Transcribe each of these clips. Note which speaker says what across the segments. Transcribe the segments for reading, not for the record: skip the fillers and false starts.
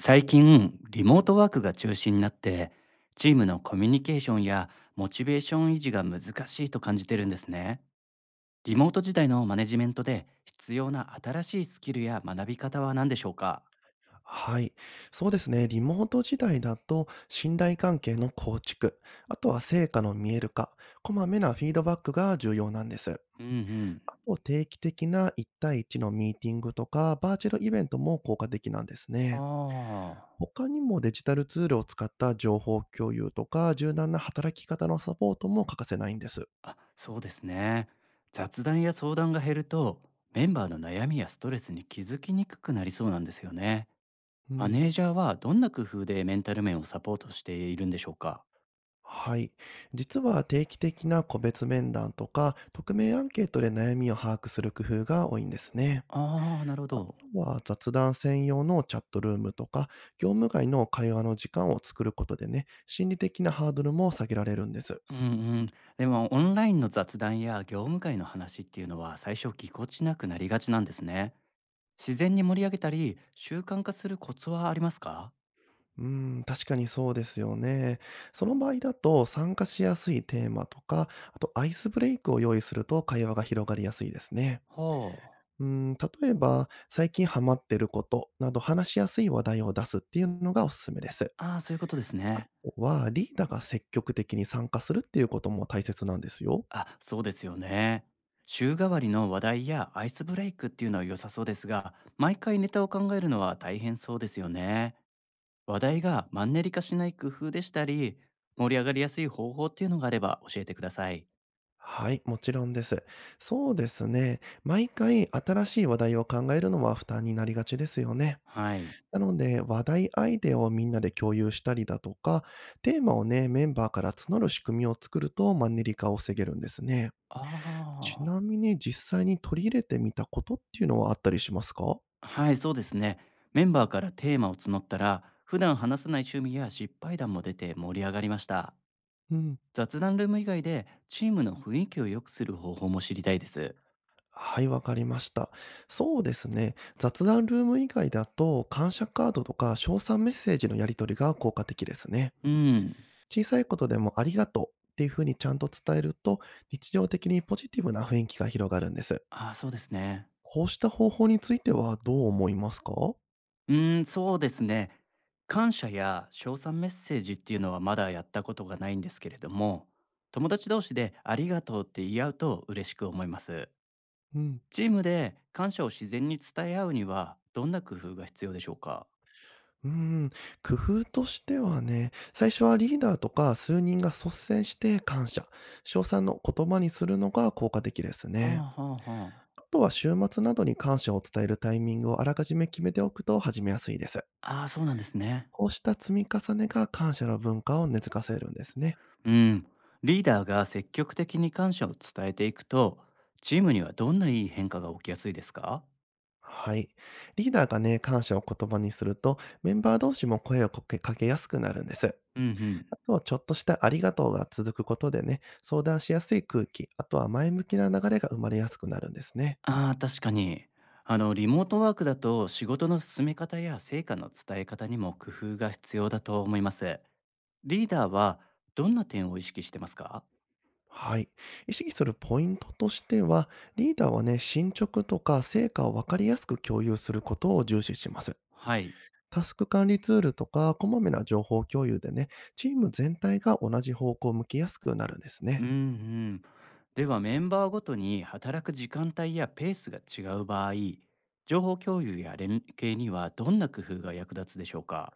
Speaker 1: 最近リモートワークが中心になって、チームのコミュニケーションやモチベーション維持が難しいと感じてるんですね。リモート時代のマネジメントで必要な新しいスキルや学び方は何でしょうか。
Speaker 2: はい。そうですね。リモート時代だと、信頼関係の構築、あとは成果の見える化、こまめなフィードバックが重要なんです。
Speaker 1: うんうん。
Speaker 2: あと、定期的な1対1のミーティングとか、バーチャルイベントも効果的なんですね。
Speaker 1: あ。
Speaker 2: 他にもデジタルツールを使った情報共有とか、柔軟な働き方のサポートも欠かせないんです。
Speaker 1: ああ、そうですね。雑談や相談が減ると、メンバーの悩みやストレスに気づきにくくなりそうなんですよね。
Speaker 2: う
Speaker 1: マ
Speaker 2: ん。
Speaker 1: ネージャーはどんな工夫でメンタル面をサポートしているんでしょうか。
Speaker 2: はい。実は定期的な個別面談とか、匿名アンケートで悩みを把握する工夫が多いんですね。
Speaker 1: ああー、なるほど。
Speaker 2: は、雑談専用のチャットルームとか、業務外の会話の時間を作ることでね、心理的なハードルも下げられるんです。
Speaker 1: うんうん、でもオンラインの雑談や業務会の話っていうのは最初ぎこちなくなりがちなんですね。自然に盛り上げたり習慣化するコツはありますか。
Speaker 2: うー確かにそうですよね。その場合だと、参加しやすいテーマとか、あとアイスブレイクを用意すると会話が広がりやすいですね。
Speaker 1: ほう。
Speaker 2: うーん、例えば、最近ハマってることなど話しやすい話題を出すっていうのがおすすめです。
Speaker 1: ああ、そういうことです
Speaker 2: あと
Speaker 1: ね。
Speaker 2: は、リーダーが積極的に参加するっていうことも大切なんですよ。
Speaker 1: あ、そうですよね。週替わりの話題やアイスブレイクっていうのは良さそうですが、毎回ネタを考えるのは大変そうですよね。話題がマンネリ化しない工夫でしたり、盛り上がりやすい方法っていうのがあれば教えてください。
Speaker 2: はい、もちろんです。そうですね。毎回新しい話題を考えるのは負担になりがちですよね。
Speaker 1: はい。
Speaker 2: なので、話題、アイデアをみんなで共有したりだとか、テーマをね、メンバーから募る仕組みを作るとマンネリ化を防げるんですね。
Speaker 1: あ
Speaker 2: ち
Speaker 1: あ。
Speaker 2: なみに実際に取り入れてみたことっていうのはあったりしますか。
Speaker 1: はい、そうですね。メンバーからテーマを募ったら、普段話さない趣味や失敗談も出て盛り上がりました。
Speaker 2: うん。
Speaker 1: 雑談ルーム以外でチームの雰囲気を良くする方法も知りたいです。
Speaker 2: はい、わかりました。そうですね。雑談ルーム以外だと、感謝カードとか賞賛メッセージのやり取りが効果的ですね。
Speaker 1: うん。
Speaker 2: 小さいことでもありがとうっていうふうにちゃんと伝えると、日常的にポジティブな雰囲気が広がるんです。
Speaker 1: ああ、そうですね。
Speaker 2: こうした方法についてはどう思いますか？
Speaker 1: そうですね。感謝や称賛メッセージっていうのはまだやったことがないんですけれども、友達同士でありがとうって言い合うと嬉しく思います。
Speaker 2: うん。
Speaker 1: チームで感謝を自然に伝え合うには、どんな工夫が必要でしょうか。
Speaker 2: うーん、工夫としてはね、最初はリーダーとか数人が率先して感謝、称賛の言葉にするのが効果的です
Speaker 1: あ
Speaker 2: ね。
Speaker 1: あ、はあ、はあ。
Speaker 2: あとは週末などに感謝を伝えるタイミングをあらかじめ決めておくと始めやすいです。
Speaker 1: ああ、そうなんですね。
Speaker 2: こうした積み重ねが感謝の文化を根付かせるんですね。
Speaker 1: うん。リーダーが積極的に感謝を伝えていくと、チームにはどんないい変化が起きやすいですか。
Speaker 2: はい。リーダーがね、感謝を言葉にすると、メンバー同士も声をかけやすくなるんです。
Speaker 1: うんうん。
Speaker 2: あとはちょっとしたありがとうが続くことでね、相談しやすい空気、あとは前向きな流れが生まれやすくなるんですね。
Speaker 1: ああ、確かに。あの、リモートワークだと仕事の進め方や成果の伝え方にも工夫が必要だと思います。リーダーはどんな点を意識してますか。
Speaker 2: はい。意識するポイントとしては、リーダーはね、進捗とか成果を分かりやすく共有することを重視します。
Speaker 1: はい。
Speaker 2: タスク管理ツールとか、こまめな情報共有でね、チーム全体が同じ方向を向きやすくなるんです
Speaker 1: う
Speaker 2: ね。
Speaker 1: んうん。では、メンバーごとに働く時間帯やペースが違う場合、情報共有や連携にはどんな工夫が役立つでしょうか。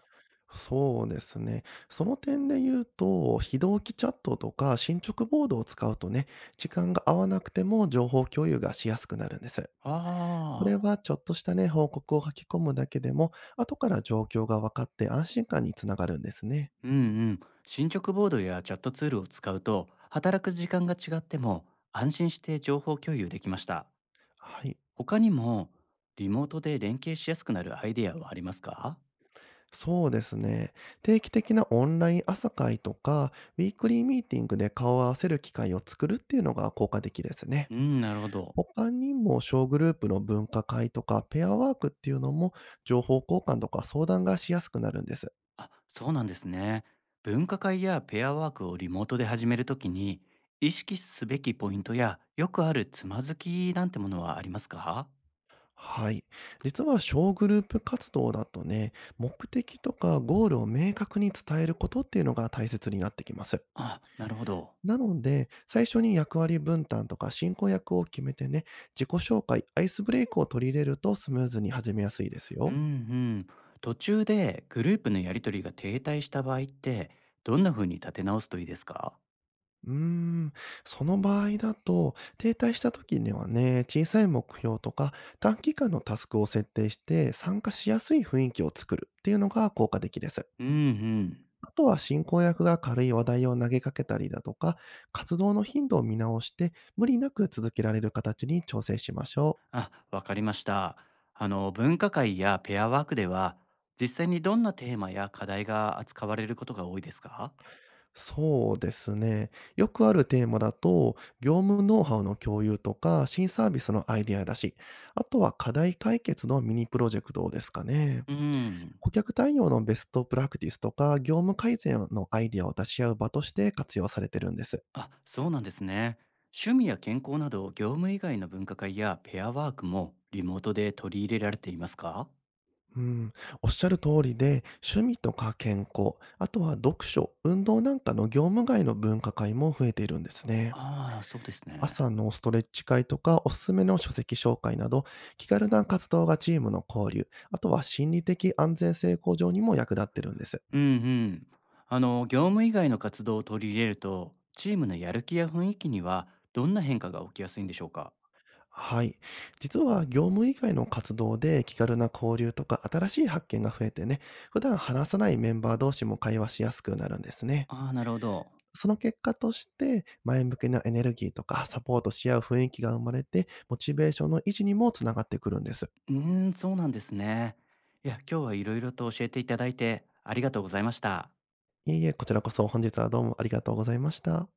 Speaker 2: そうですね。その点で言うと、非同期チャットとか進捗ボードを使うとね、時間が合わなくても情報共有がしやすくなるんです。こ
Speaker 1: あ
Speaker 2: れ
Speaker 1: あ、
Speaker 2: はちょっとしたね、報告を書き込むだけでも、後から状況が分かって安心感につながるんですね。
Speaker 1: うんうん。進捗ボードやチャットツールを使うと、働く時間が違っても安心して情報共有できました。
Speaker 2: はい。
Speaker 1: 他にも、リモートで連携しやすくなるアイデアはありますか。
Speaker 2: そうですね。定期的なオンライン朝会とか、ウィークリーミーティングで顔を合わせる機会を作るっていうのが効果的ですね。
Speaker 1: うん、なるほど。
Speaker 2: 他にも小グループの分科会とかペアワークっていうのも情報交換とか相談がしやすくなるんです。
Speaker 1: あ、そうなんですね。分科会やペアワークをリモートで始めるときに、意識すべきポイントやよくあるつまずきなんてものはありますか。
Speaker 2: はい。実は小グループ活動だとね、目的とかゴールを明確に伝えることっていうのが大切になってきます。
Speaker 1: あ、なるほど。
Speaker 2: なので、最初に役割分担とか進行役を決めてね、自己紹介、アイスブレイクを取り入れるとスムーズに始めやすいです
Speaker 1: うん
Speaker 2: よ。
Speaker 1: うん。途中でグループのやりとりが停滞した場合って、どんな風に立て直すといいですか。
Speaker 2: うーん、その場合だと、停滞した時にはね、小さい目標とか短期間のタスクを設定して参加しやすい雰囲気を作るっていうのが効果的です。
Speaker 1: うんうん。
Speaker 2: あとは進行役が軽い話題を投げかけたりだとか、活動の頻度を見直して無理なく続けられる形に調整しましょう。
Speaker 1: あ、わかりました。あの、分科会やペアワークでは、実際にどんなテーマや課題が扱われることが多いですか。
Speaker 2: そうですね。よくあるテーマだと、業務ノウハウの共有とか、新サービスのアイデアだし、あとは課題解決のミニプロジェクトですかね。
Speaker 1: うん。
Speaker 2: 顧客対応のベストプラクティスとか、業務改善のアイディアを出し合う場として活用されてるんです。
Speaker 1: あ、そうなんですね。趣味や健康など、業務以外の分科会やペアワークもリモートで取り入れられていますか。
Speaker 2: うん、おっしゃる通りで、趣味とか健康、あとは読書、運動なんかの業務外の文化会も増えているんですね。
Speaker 1: ああー、そうですね。
Speaker 2: 朝のストレッチ会とか、おすすめの書籍紹介など、気軽な活動がチームの交流、あとは心理的安全性向上にも役立ってるんです。
Speaker 1: うんうん。あの、業務以外の活動を取り入れると、チームのやる気や雰囲気にはどんな変化が起きやすいんでしょうか。
Speaker 2: はい。実は業務以外の活動で気軽な交流とか新しい発見が増えてね、普段話さないメンバー同士も会話しやすくなるんですね。
Speaker 1: ああー、なるほど。
Speaker 2: その結果として前向きなエネルギーとかサポートし合う雰囲気が生まれて、モチベーションの維持にもつながってくるんです。
Speaker 1: そうなんですね。いや、今日はいろいろと教えていただいてありがとうございました。
Speaker 2: いえいえ、こちらこそ本日はどうもありがとうございました。